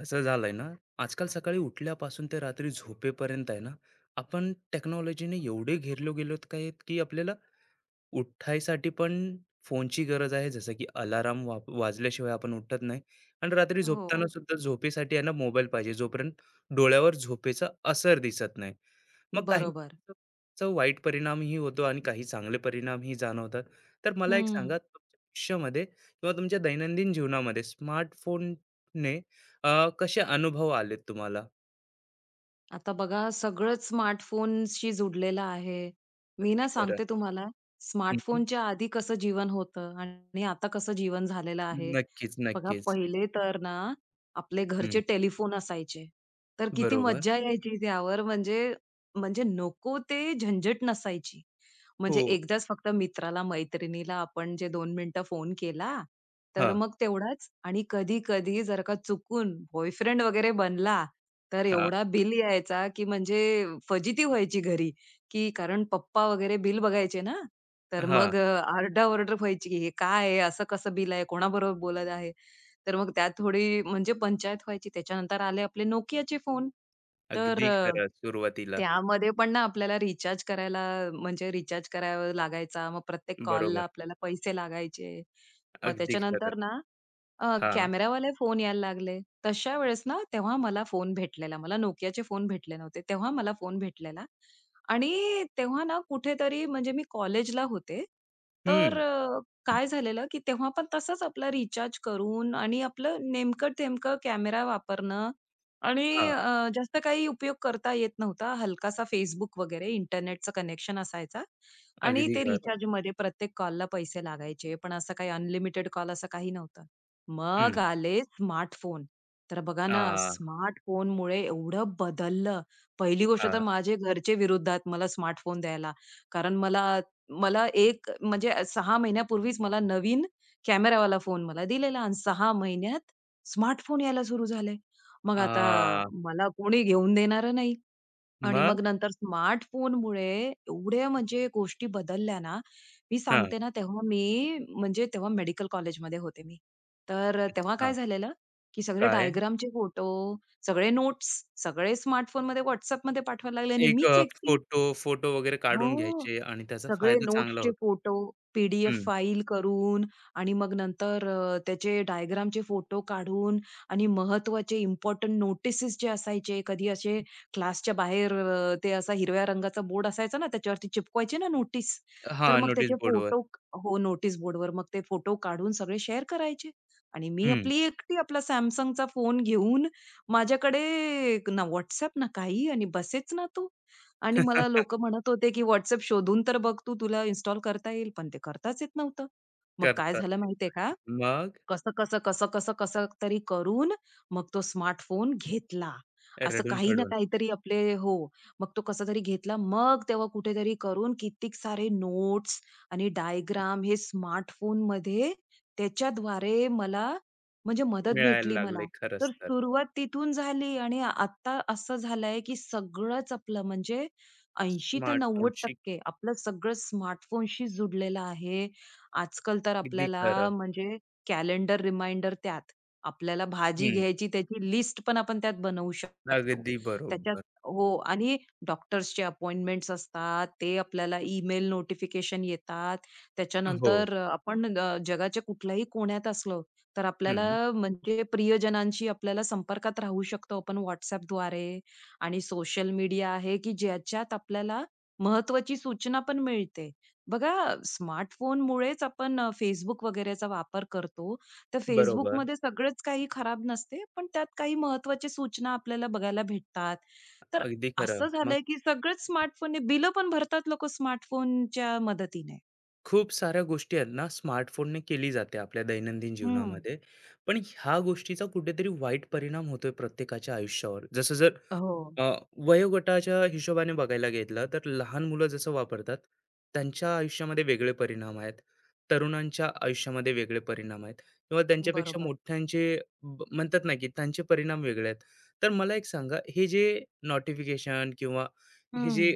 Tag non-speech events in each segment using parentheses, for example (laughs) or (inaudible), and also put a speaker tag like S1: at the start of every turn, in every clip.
S1: असं झालंय ना, आजकाल सकाळी उठल्यापासून ते रात्री झोपेपर्यंत आहे ना, आपण टेक्नॉलॉजीने एवढे घेरलो गेलोत काय की आपल्याला उठायसाठी पण फोनची गरज आहे. जसं की अलार्म वाजल्याशिवाय आपण उठत नाही आणि रात्री
S2: हो,
S1: झोपताना सुद्धा झोपेसाठी आहे ना मोबाईल पाहिजे, जोपर्यंत डोळ्यावर झोपेचा असर दिसत नाही. मग काही
S2: बरोबर.
S1: चा वाईट परिणामही होतो आणि काही चांगले परिणामही जाणवतात. तर मला एक
S2: हं.
S1: सांगा तुमच्या आयुष्यामध्ये किंवा तुमच्या दैनंदिन जीवनामध्ये स्मार्टफोनने कसे अनुभव आलेत तुम्हाला?
S2: आता बघा, सगळंच स्मार्टफोनशी जुडलेलं आहे. मी
S1: अगदी
S2: ना
S1: खरं.
S2: सांगते तुम्हाला,
S1: हं,
S2: स्मार्टफोनच्या आधी कसं जीवन होतं आणि आता कसं जीवन झालेलं आहे.
S1: नक्कीच,
S2: बघा
S1: नक्कीच.
S2: पहिले तर ना, आपले
S1: हं.
S2: घरचे टेलिफोन असायचे. तर किती
S1: बरोबर.
S2: मज्जा यायची त्यावर. म्हणजे म्हणजे नको ते झंझट नसायची.
S1: हो.
S2: म्हणजे एकदाच फक्त मित्राला, मैत्रिणीला आपण जे 2 मिनिटं फोन केला, तर
S1: हां,
S2: मग तेवढाच. आणि कधी-कधी जर का चुकून बॉयफ्रेंड वगैरे बनला, तर
S1: हां,
S2: एवढा बिल यायचा, की म्हणजे फजिती व्हायची घरी, की कारण पप्पा वगैरे बिल बघायचे ना, तर
S1: हां.
S2: मग आरडाओरड व्हायची, की "हे काय आहे? असं कसं बिल आहे? कोणाबरोबर बोलत आहे?" तर मग त्यात थोडी म्हणजे पंचायत व्हायची. त्याच्यानंतर आले आपले Nokiaचे फोन. तर
S1: अगदी खरं सुरुवातीला.
S2: त्यामध्ये पण ना आपल्याला रिचार्ज करायला, म्हणजे रिचार्ज करावा लागायचा. मग प्रत्येक कॉलला
S1: बरोबर.
S2: आपल्याला पैसे लागायचे. मग
S1: अगदी खरं.
S2: त्याच्यानंतर ना
S1: हा
S2: कॅमेरावाले फोन यायला लागले. तशा वेळेस ना, तेव्हा मला फोन भेटलेला. मला Nokiaचे फोन भेटले नव्हते. तेव्हा मला फोन भेटलेला आणि तेव्हा ना कुठेतरी म्हणजे मी कॉलेजला होते. तर
S1: हं.
S2: काय झालेलं, की तेव्हा पण तसंच आपलं रिचार्ज करून आणि आपलं नेमकं-तेमकं कॅमेरा वापरणं आणि
S1: हा,
S2: जास्त काही उपयोग करता येत नव्हता. हलकासा Facebook वगैरे इंटरनेटचं कनेक्शन असायचा आणि
S1: अगदी
S2: ते
S1: खरं.
S2: रिचार्जमध्ये प्रत्येक कॉलला पैसे लागायचे. पण असं काही अनलिमिटेड कॉल असं काही नव्हतं. मग
S1: हं.
S2: आले स्मार्टफोन. तर बघा ना,
S1: आ,
S2: स्मार्टफोनमुळे एवढं बदललं. पहिली गोष्ट तर
S1: हां.
S2: माझे घरचे विरुद्धात मला स्मार्टफोन द्यायला. कारण मला मला 1 म्हणजे 6 महिन्यापूर्वीच मला नवीन कॅमेरावाला फोन मला दिलेला आणि 6 महिन्यात स्मार्टफोन यायला सुरू झाले. मग आता
S1: आ,
S2: मला कोणी घेऊन देणारं नाही. आणि
S1: मग?
S2: मग नंतर स्मार्टफोनमुळे एवढ्या म्हणजे गोष्टी बदलल्या ना, मी
S1: हां.
S2: सांगते ना, तेव्हा मी म्हणजे तेव्हा मेडिकल कॉलेजमध्ये होते मी. तर तेव्हा
S1: अच्छा.
S2: काय झालेलं, की सगळे
S1: काय?
S2: डायग्रामचे फोटो, सगळे नोट्स, सगळे स्मार्टफोनमध्ये WhatsAppमध्ये पाठवायला लागले आणि
S1: एक
S2: मीच एकटी.
S1: फोटो फोटो वगैरे काढून
S2: हो.
S1: घ्यायचे आणि त्याचा
S2: सगळे
S1: फायदा चांगला
S2: नोट्सचे
S1: होतो.
S2: फोटो, पी डी
S1: हं.
S2: फाईल करून आणि मग नंतर त्याचे डायग्रामचे फोटो काढून आणि महत्त्वाचे इम्पोर्टंट नोटिसेस जे असायचे, कधी असे क्लासच्या बाहेर ते असा हिरव्या रंगाचा बोर्ड असायचा ना, त्याच्यावरती चिपकवायचे ना नोटीस,
S1: हां,
S2: तर मग
S1: नोटीस
S2: त्याचे
S1: बोर्डवर.
S2: फोटो, हो, नोटीस बोर्डवर मग ते फोटो काढून सगळे शेअर करायचे. आणि मी
S1: हं.
S2: आपली एकटी आपला Samsungचा फोन घेऊन माझ्याकडे ना WhatsApp ना काही आणि बसेच ना तो. आणि मला लोकं
S1: (laughs)
S2: म्हणत होते, की WhatsApp शोधून तर बघ तू, तुला इन्स्टॉल करता येईल. पण ते करताच येत नव्हतं. मग काय
S1: करतात
S2: झालं
S1: ते.
S2: माहितीये का?
S1: मग
S2: कसं-कसं, कसं-कसं, कसं कसं कसं तरी करून मग तो स्मार्टफोन घेतला. असं काही ना
S1: रडून-खडून
S2: काहीतरी आपले, हो, मग तो कसा तरी घेतला. मग तेव्हा कुठेतरी करून कित्येक सारे नोट्स आणि डायग्राम हे स्मार्टफोनमध्ये त्याच्याद्वारे मला म्हणजे मदत
S1: मिळायला
S2: भेटली
S1: लागले
S2: मला.
S1: खरंच
S2: तर
S1: तर.
S2: सुरुवात तिथून झाली आणि आत्ता असं झालंय, की सगळंच आपलं म्हणजे 80% ते
S1: स्मार्टफोनशी
S2: 90% आपलं सगळं स्मार्टफोनशी जुडलेलं आहे. आजकाल तर
S1: अगदी
S2: आपल्याला
S1: खरं.
S2: म्हणजे कॅलेंडर रिमाइंडर त्यात. आपल्याला भाजी
S1: हं.
S2: घ्यायची त्याची लिस्ट पण आपण त्यात बनवू शकतो.
S1: अगदी
S2: त्याच्यात,
S1: बरोबर.
S2: हो, आणि डॉक्टर्सचे अपॉइंटमेंट्स असतात. ते आपल्याला ईमेल नोटिफिकेशन येतात.
S1: हो.
S2: त्याच्यानंतर आपण जगाच्या कुठल्याही कोण्यात असलो, तर आपल्याला
S1: हं.
S2: म्हणजे प्रियजनांशी आपल्याला संपर्कात राहू शकतो आपण WhatsAppद्वारे. आणि सोशल मीडिया आहे, की ज्याच्यात आपल्याला महत्त्वाची सूचना पण मिळते. बघा स्मार्टफोनमुळेच आपण Facebook वगैरेचा वापर करतो. तर
S1: बरोबर.
S2: Facebookमध्ये सगळंच काही खराब नसते, पण त्यात काही महत्त्वाच्या सूचना आपल्याला बघायला भेटतात. तर
S1: अगदी
S2: असं
S1: खरं. मग
S2: झालंय, की सगळेच स्मार्टफोनने बिलं पण भरतात लोकं स्मार्टफोनच्या मदतीने.
S1: खूप साऱ्या गोष्टी आहेत ना, स्मार्टफोनने केली जाते आपल्या दैनंदिन
S2: हं.
S1: जीवनामध्ये. पण ह्या गोष्टीचा कुठेतरी वाईट परिणाम होतोय प्रत्येकाच्या आयुष्यावर. जसं जर
S2: हो.
S1: अ, वयोगटाच्या हिशोबाने बघायला घेतलं तर लहान मुलं जसं वापरतात त्यांच्या आयुष्यामध्ये वेगळे परिणाम आहेत तरुणांच्या आयुष्यामध्ये वेगळे परिणाम आहेत किंवा त्यांच्यापेक्षा
S2: बरोबर.
S1: मोठ्यांचे म्हणतात ना की त्यांचे परिणाम वेगळे आहेत. तर मला एक सांगा, हे जे नोटिफिकेशन किंवा हे
S2: हं.
S1: जे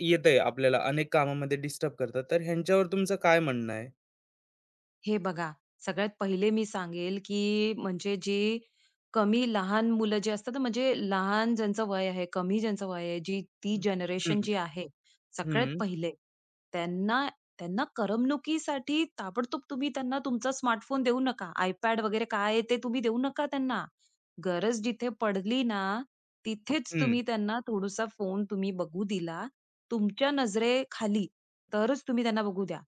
S1: येत आहे आपल्याला अनेक कामामध्ये डिस्टर्ब करतात, तर ह्यांच्यावर तुमचं काय म्हणणं आहे?
S2: हे बघा, सगळ्यात पहिले मी सांगेल, की म्हणजे जे कमी लहान मुलं जे असतात ना, म्हणजे लहान ज्यांचं वय आहे, कमी ज्यांचं वय आहे, जी ती जनरेशन
S1: हम्म,
S2: जी आहे, सगळ्यात
S1: हम्म,
S2: पहिले त्यांना त्यांना करमणुकीसाठी ताबडतोब तुम्ही त्यांना तुमचा स्मार्टफोन देऊ नका. iPad वगैरे काय आहे ते तुम्ही देऊ नका त्यांना. गरज जिथे पडली ना, तिथेच
S1: हम्म,
S2: तुम्ही त्यांना थोडासा फोन तुम्ही बघू दिला, तुमच्या नजरेखाली, तरच तुम्ही त्यांना बघू द्या.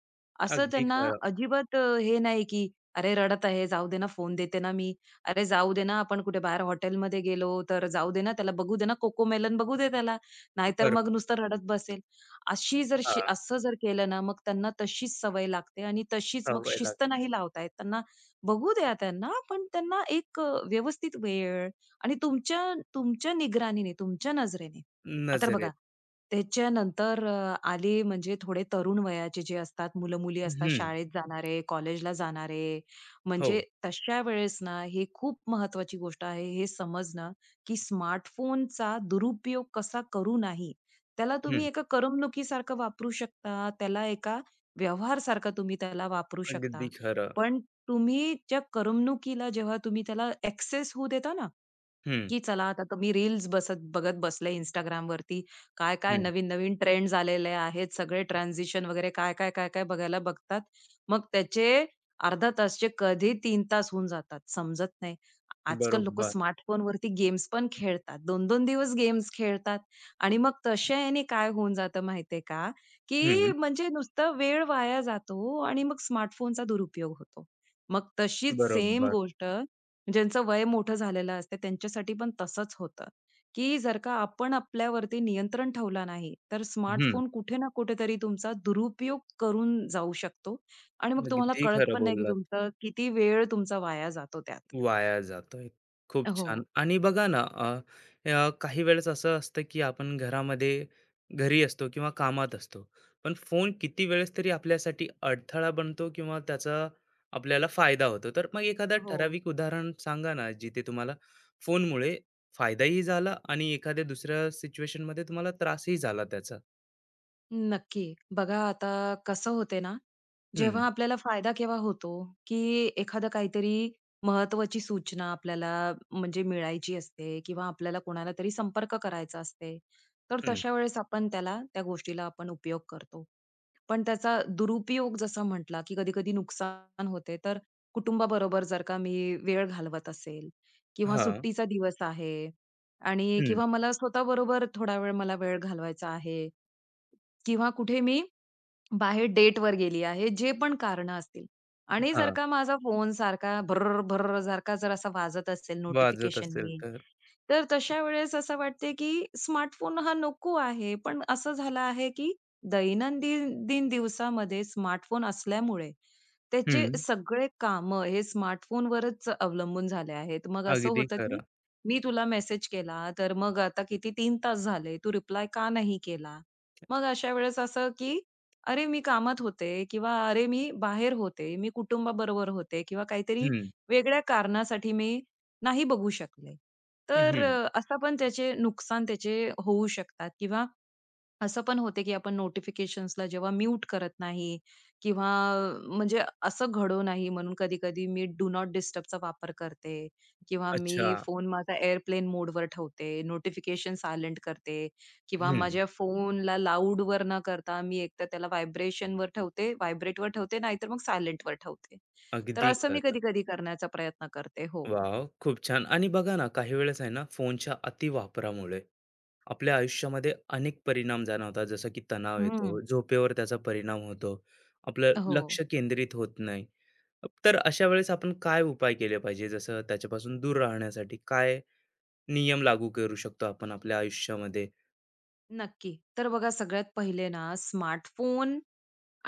S2: असं
S1: अगदी
S2: त्यांना
S1: खरं.
S2: अजिबात हे नाही, की "अरे रडत आहे, जाऊ दे ना, फोन देते ना मी. अरे जाऊ दे ना, आपण कुठे बाहेर हॉटेलमध्ये गेलो तर जाऊ दे ना, त्याला बघू दे ना, कोकोमेलन बघू दे त्याला, नाहीतर
S1: बरोबर.
S2: मग नुसतं रडत बसेल." अशी जर शि
S1: हा,
S2: असं जर केलं ना, मग त्यांना तशीच सवय लागते आणि तशीच मग
S1: सवय लाग
S2: शिस्त नाही लावता येत त्यांना. बघू द्या त्यांना, पण त्यांना एक व्यवस्थित वेळ आणि तुमच्या तुमच्या निगराणीने, तुमच्या नजरेने. तर बघा,
S1: नजरेत.
S2: त्याच्यानंतर आले म्हणजे थोडे तरुण वयाचे जे असतात, मुलं-मुली असतात,
S1: हम्म.
S2: शाळेत जाणारे, कॉलेजला जाणारे,
S1: हो.
S2: म्हणजे तशा वेळेस ना, हे खूप महत्वाची गोष्ट आहे, हे समजणं, की स्मार्टफोनचा दुरुपयोग कसा करू नाही. त्याला तुम्ही एका करमणुकीसारखं वापरू शकता, त्याला एका व्यवहारसारखा तुम्ही त्याला वापरू शकता.
S1: अगदी खरं.
S2: पण तुम्ही त्या करमणुकीला जेव्हा तुम्ही त्याला एक्सेस होऊ देता ना,
S1: हं,
S2: की चला आता तर मी रील्स बघत बसले Instagram वरती, काय-काय
S1: हं.
S2: नवीन-नवीन ट्रेंड आलेले आहेत. सगळे ट्रान्झिशन वगैरे काय-काय, काय-काय बघायला बघतात. मग त्याचे अर्धा तासचे कधी 3 तास होऊन जातात, समजत नाही. आजकाल लोक
S1: बरोबर.
S2: स्मार्टफोन वरती गेम्स पण खेळतात. 2-2 दिवस गेम्स खेळतात आणि मग तशाने काय होऊन जातं माहितीये का, की
S1: हं,
S2: म्हणजे नुसतं वेळ वाया जातो आणि मग स्मार्टफोनचा दुरुपयोग होतो. मग तशीच सेम
S1: बरोबर.
S2: गोष्ट, ज्यांचं वय मोठं झालेलं असते त्यांच्यासाठी पण तसंच होतं, की जर का आपण आपल्यावरती नियंत्रण ठेवला नाही, तर
S1: हं.
S2: स्मार्टफोन कुठे ना कुठेतरी तुमचा दुरुपयोग करून जाऊ शकतो आणि मग तुम्हाला
S1: अगदी
S2: कळत
S1: खरं
S2: पण नाही, की
S1: बोललात.
S2: तुमचा किती वेळ तुमचा वाया जातो त्यात.
S1: वाया जातोय. खूप
S2: हो.
S1: छान. आणि बघा ना, अ, अ, काही वेळेस असं असतं, की आपण घरामध्ये घरी असतो किंवा कामात असतो. पण फोन किती वेळेस तरी आपल्यासाठी अडथळा बनतो किंवा त्याचा आपल्याला फायदा होतो. तर मग एखादं
S2: हो.
S1: ठराविक उदाहरण सांगा ना, जिथे तुम्हाला फोनमुळे फायदाही झाला आणि एखाद्या दुसऱ्या सिच्युएशनमध्ये तुम्हाला त्रासही झाला त्याचा?
S2: नक्की. बघा आता, कसं होते ना,
S1: हं,
S2: जेव्हा आपल्याला फायदा केव्हा होतो, की एखादं काहीतरी महत्त्वाची सूचना आपल्याला म्हणजे मिळायची असते किंवा आपल्याला कोणाला तरी संपर्क करायचा असते. तर
S1: हं.
S2: तशा वेळेस आपण त्याला त्या गोष्टीला आपण उपयोग करतो. पण त्याचा दुरुपयोग जसा म्हटला, की कधी-कधी नुकसान होते. तर कुटुंबाबरोबर जर का मी वेळ घालवत असेल किंवा
S1: हां,
S2: सुट्टीचा दिवस आहे आणि
S1: हं,
S2: किंवा मला स्वतःबरोबर थोडा वेळ मला वेळ घालवायचा आहे किंवा कुठे मी बाहेर डेटवर गेली आहे, जे पण कारणं असतील आणि जर
S1: हां,
S2: का माझा फोन सारखा भर भर सारखा जर असा वाजत असेल
S1: वाजत असेल
S2: नोटिफिकेशननी,
S1: तर.
S2: तर तशा वेळेस असं वाटते, की स्मार्टफोन हा नको आहे. पण असं झालं आहे, की दैनंदिन दिवसामध्ये स्मार्टफोन असल्यामुळे त्याचे
S1: हं,
S2: सगळे कामं हे स्मार्टफोनवरच अवलंबून झाले आहेत. मग असं
S1: अगदी
S2: होतं, की
S1: खरं.
S2: मी तुला मेसेज केला, तर मग आता किती 3 तास झाले, तू रिप्लाय का नाही केला? मग अशा वेळेस असं, की अरे, मी कामात होते किंवा अरे, मी बाहेर होते, मी कुटुंबाबरोबर होते किंवा काहीतरी
S1: हं,
S2: वेगळ्या कारणासाठी मी नाही बघू शकले. तर
S1: हं.
S2: असं पण त्याचे नुकसान त्याचे होऊ शकतात किंवा असं पण होते, की आपण नोटिफिकेशन्सला जेव्हा म्यूट करत नाही किंवा म्हणजे असं घडो नाही म्हणून कधी-कधी मी डू नॉट डिस्टर्बचा वापर करते किंवा
S1: अच्छा.
S2: मी फोन माझा एअरप्लेन मोडवर ठेवते, नोटिफिकेशन सायलेंट करते किंवा
S1: हं,
S2: माझ्या फोनला लाऊडवर न करता मी एकतर त्याला व्हायब्रेशनवर ठेवते, व्हायब्रेटवर ठेवते, नाहीतर मग सायलेंटवर ठेवते. तर
S1: अगदी
S2: असं मी
S1: खरं.
S2: कधी-कधी करण्याचा प्रयत्न करते. हो.
S1: वॉव! खूप छान. आणि बघा ना, काही वेळेस आहे ना, फोनच्या अतिवापरामुळे आपल्या आयुष्यामध्ये अनेक परिणाम जाणवतात. जसं की तणाव
S2: हं.
S1: येतो, झोपेवर त्याचा परिणाम होतो, आपलं
S2: हो.
S1: लक्ष केंद्रित होत नाही. तर अशा वेळेस आपण काय उपाय केले पाहिजे? जसं त्याच्यापासून दूर राहण्यासाठी काय नियम लागू करू शकतो आपण आपल्या आयुष्यामध्ये?
S2: नक्की. तर बघा, सगळ्यात पहिले ना स्मार्टफोन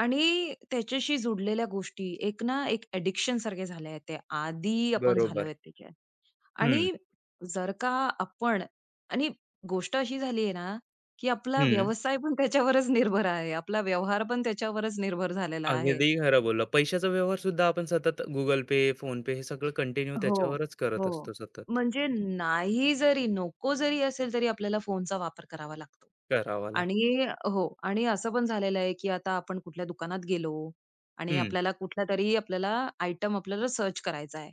S2: आणि त्याच्याशी जुडलेल्या गोष्टी एक ना एक ॲडिक्शन सारखे झाले आहेत ते. आदी आपण झालो
S1: बरोबर.
S2: आहेत त्याच्या.
S1: हं,
S2: आणि जर का आपण, आणि गोष्ट अशी झाली आहे ना, की आपला
S1: हं.
S2: व्यवसाय पण त्याच्यावरच निर्भर आहे. आपला व्यवहार पण त्याच्यावरच निर्भर झालेला आहे.
S1: अगदी खरं बोलला. पैशाचा व्यवहार सुद्धा आपण सतत Google Pay, PhonePe हे सगळं कंटिन्यू
S2: हो,
S1: त्याच्यावरच करत
S2: हो.
S1: असतो सतत.
S2: म्हणजे नाही जरी, नको जरी असेल तरी आपल्याला फोनचा वापर करावा लागतो.
S1: करावाला.
S2: आणि हो, आणि असं पण झालेलं आहे, की आता आपण कुठल्या दुकानात गेलो आणि
S1: हं,
S2: आपल्याला कुठला तरी आपल्याला आयटम आपल्याला सर्च करायचा आहे.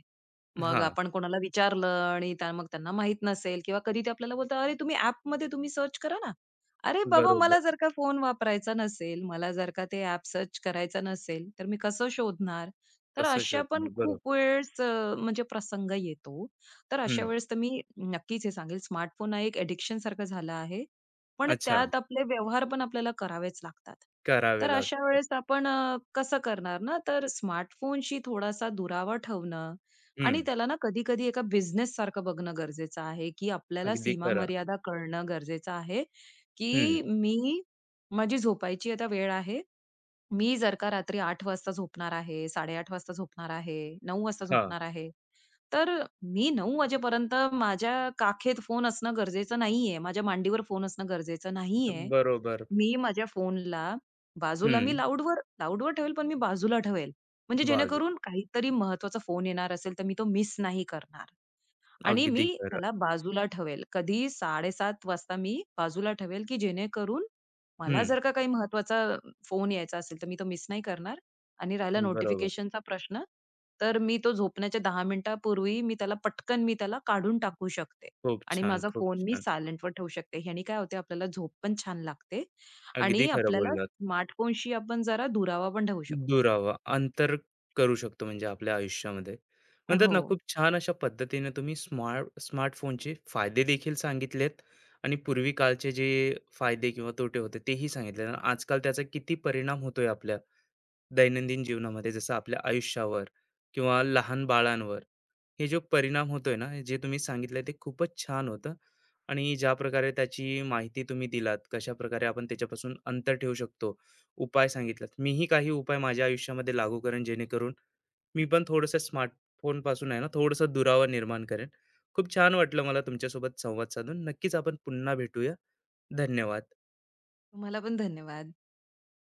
S2: मग
S1: हां,
S2: आपण कोणाला विचारलं आणि त्या मग त्यांना माहीत नसेल किंवा कधी ते आपल्याला बोलतात, "अरे, तुम्ही ॲपमध्ये तुम्ही सर्च करा ना." अरे बाबा,
S1: बरोबर.
S2: मला जर का फोन वापरायचा नसेल, मला जर का ते ॲप सर्च करायचं नसेल, तर मी कसं शोधणार? तर
S1: कसं
S2: अशा
S1: शोधणार?
S2: पण
S1: बरोबर.
S2: खूप वेळेस म्हणजे प्रसंग येतो. तर
S1: हं,
S2: अशा वेळेस तर मी नक्कीच हे सांगेल, स्मार्टफोन हा एक ॲडिक्शनसारखं झालं आहे, पण
S1: अच्छा.
S2: त्यात आपले व्यवहार पण आपल्याला करावेच लागतात.
S1: करावे
S2: तर अशा
S1: लागतात.
S2: वेळेस आपण कसं करणार ना, तर स्मार्टफोनशी थोडासा दुरावा ठेवणं आणि
S1: हं,
S2: त्याला ना कधी-कधी एका बिझनेससारखं बघणं गरजेचं आहे, की आपल्याला
S1: अगदी खरं.
S2: सीमा-मर्यादा कळणं गरजेचं आहे,
S1: हं,
S2: की मी, माझी झोपायची आता वेळ आहे. मी जर का रात्री 8 वाजता झोपणार आहे, 8:30 वाजता झोपणार आहे, 9 वाजता
S1: हां,
S2: झोपणार आहे, तर मी 9 वाजेपर्यंत माझ्या काखेत फोन असणं गरजेचं नाहीये. माझ्या मांडीवर फोन असणं गरजेचं नाहीये.
S1: बरोबर.
S2: मी माझ्या फोनला बाजूला, मी
S1: हं,
S2: लाऊडवर लाऊडवर ठेवेल, पण मी बाजूला ठेवेल. म्हणजे
S1: बाजू
S2: जेणेकरून काहीतरी महत्त्वाचा फोन येणार असेल, तर मी तो मिस नाही करणार. आणि मी
S1: अगदी खरं.
S2: त्याला बाजूला ठेवेल. कधी 7:30 वाजता मी बाजूला ठेवेल, की जेणेकरून मला
S1: हं,
S2: जर का काही महत्वाचा फोन यायचा असेल, तर मी तो मिस नाही करणार. आणि राहिला
S1: बरोबर.
S2: नोटिफिकेशनचा प्रश्न, तर मी तो झोपण्याच्या 10 मिनिटापूर्वी मी त्याला पटकन मी त्याला काढून टाकू शकते.
S1: खूप
S2: आणि
S1: छान,
S2: माझा
S1: खूप
S2: फोन मी
S1: छान.
S2: सायलेंटवर ठेवू शकते. ह्याने काय होते, आपल्याला झोप पण छान लागते
S1: अगदी
S2: आणि
S1: खरं
S2: आपल्याला
S1: बोललात.
S2: स्मार्टफोनशी आपण जरा दुरावा पण ठेवू शकतो.
S1: दुरावा अंतर करू शकतो म्हणजे आपल्या आयुष्यामध्ये. म्हणतात
S2: हो.
S1: ना, खूप छान अशा पद्धतीने तुम्ही स्मार्टफोनचे फायदे देखील सांगितलेत आणि पूर्वी काळचे जे फायदे किंवा तोटे होते तेही सांगितले आणि आजकाल त्याचा किती परिणाम होतोय आपल्या दैनंदिन जीवनामध्ये जसं आपल्या आयुष्यावर किंवा लहान बाळांवर हे जो परिणाम होतोय ना जे तुम्ही सांगितलंय ते खूपच छान होतं. आणि ज्या प्रकारे त्याची माहिती तुम्ही दिलात कशा प्रकारे आपण त्याच्यापासून अंतर ठेवू शकतो उपाय सांगितलात, मीही काही उपाय माझ्या आयुष्यामध्ये लागू करेन जेणेकरून मी पण थोडंसं स्मार्टफोन पासून आहे ना थोडंसं दुरावा निर्माण करेन. खूप छान वाटलं मला तुमच्यासोबत संवाद साधून. नक्कीच आपण पुन्हा भेटूया. धन्यवाद.
S2: तुम्हाला पण धन्यवाद.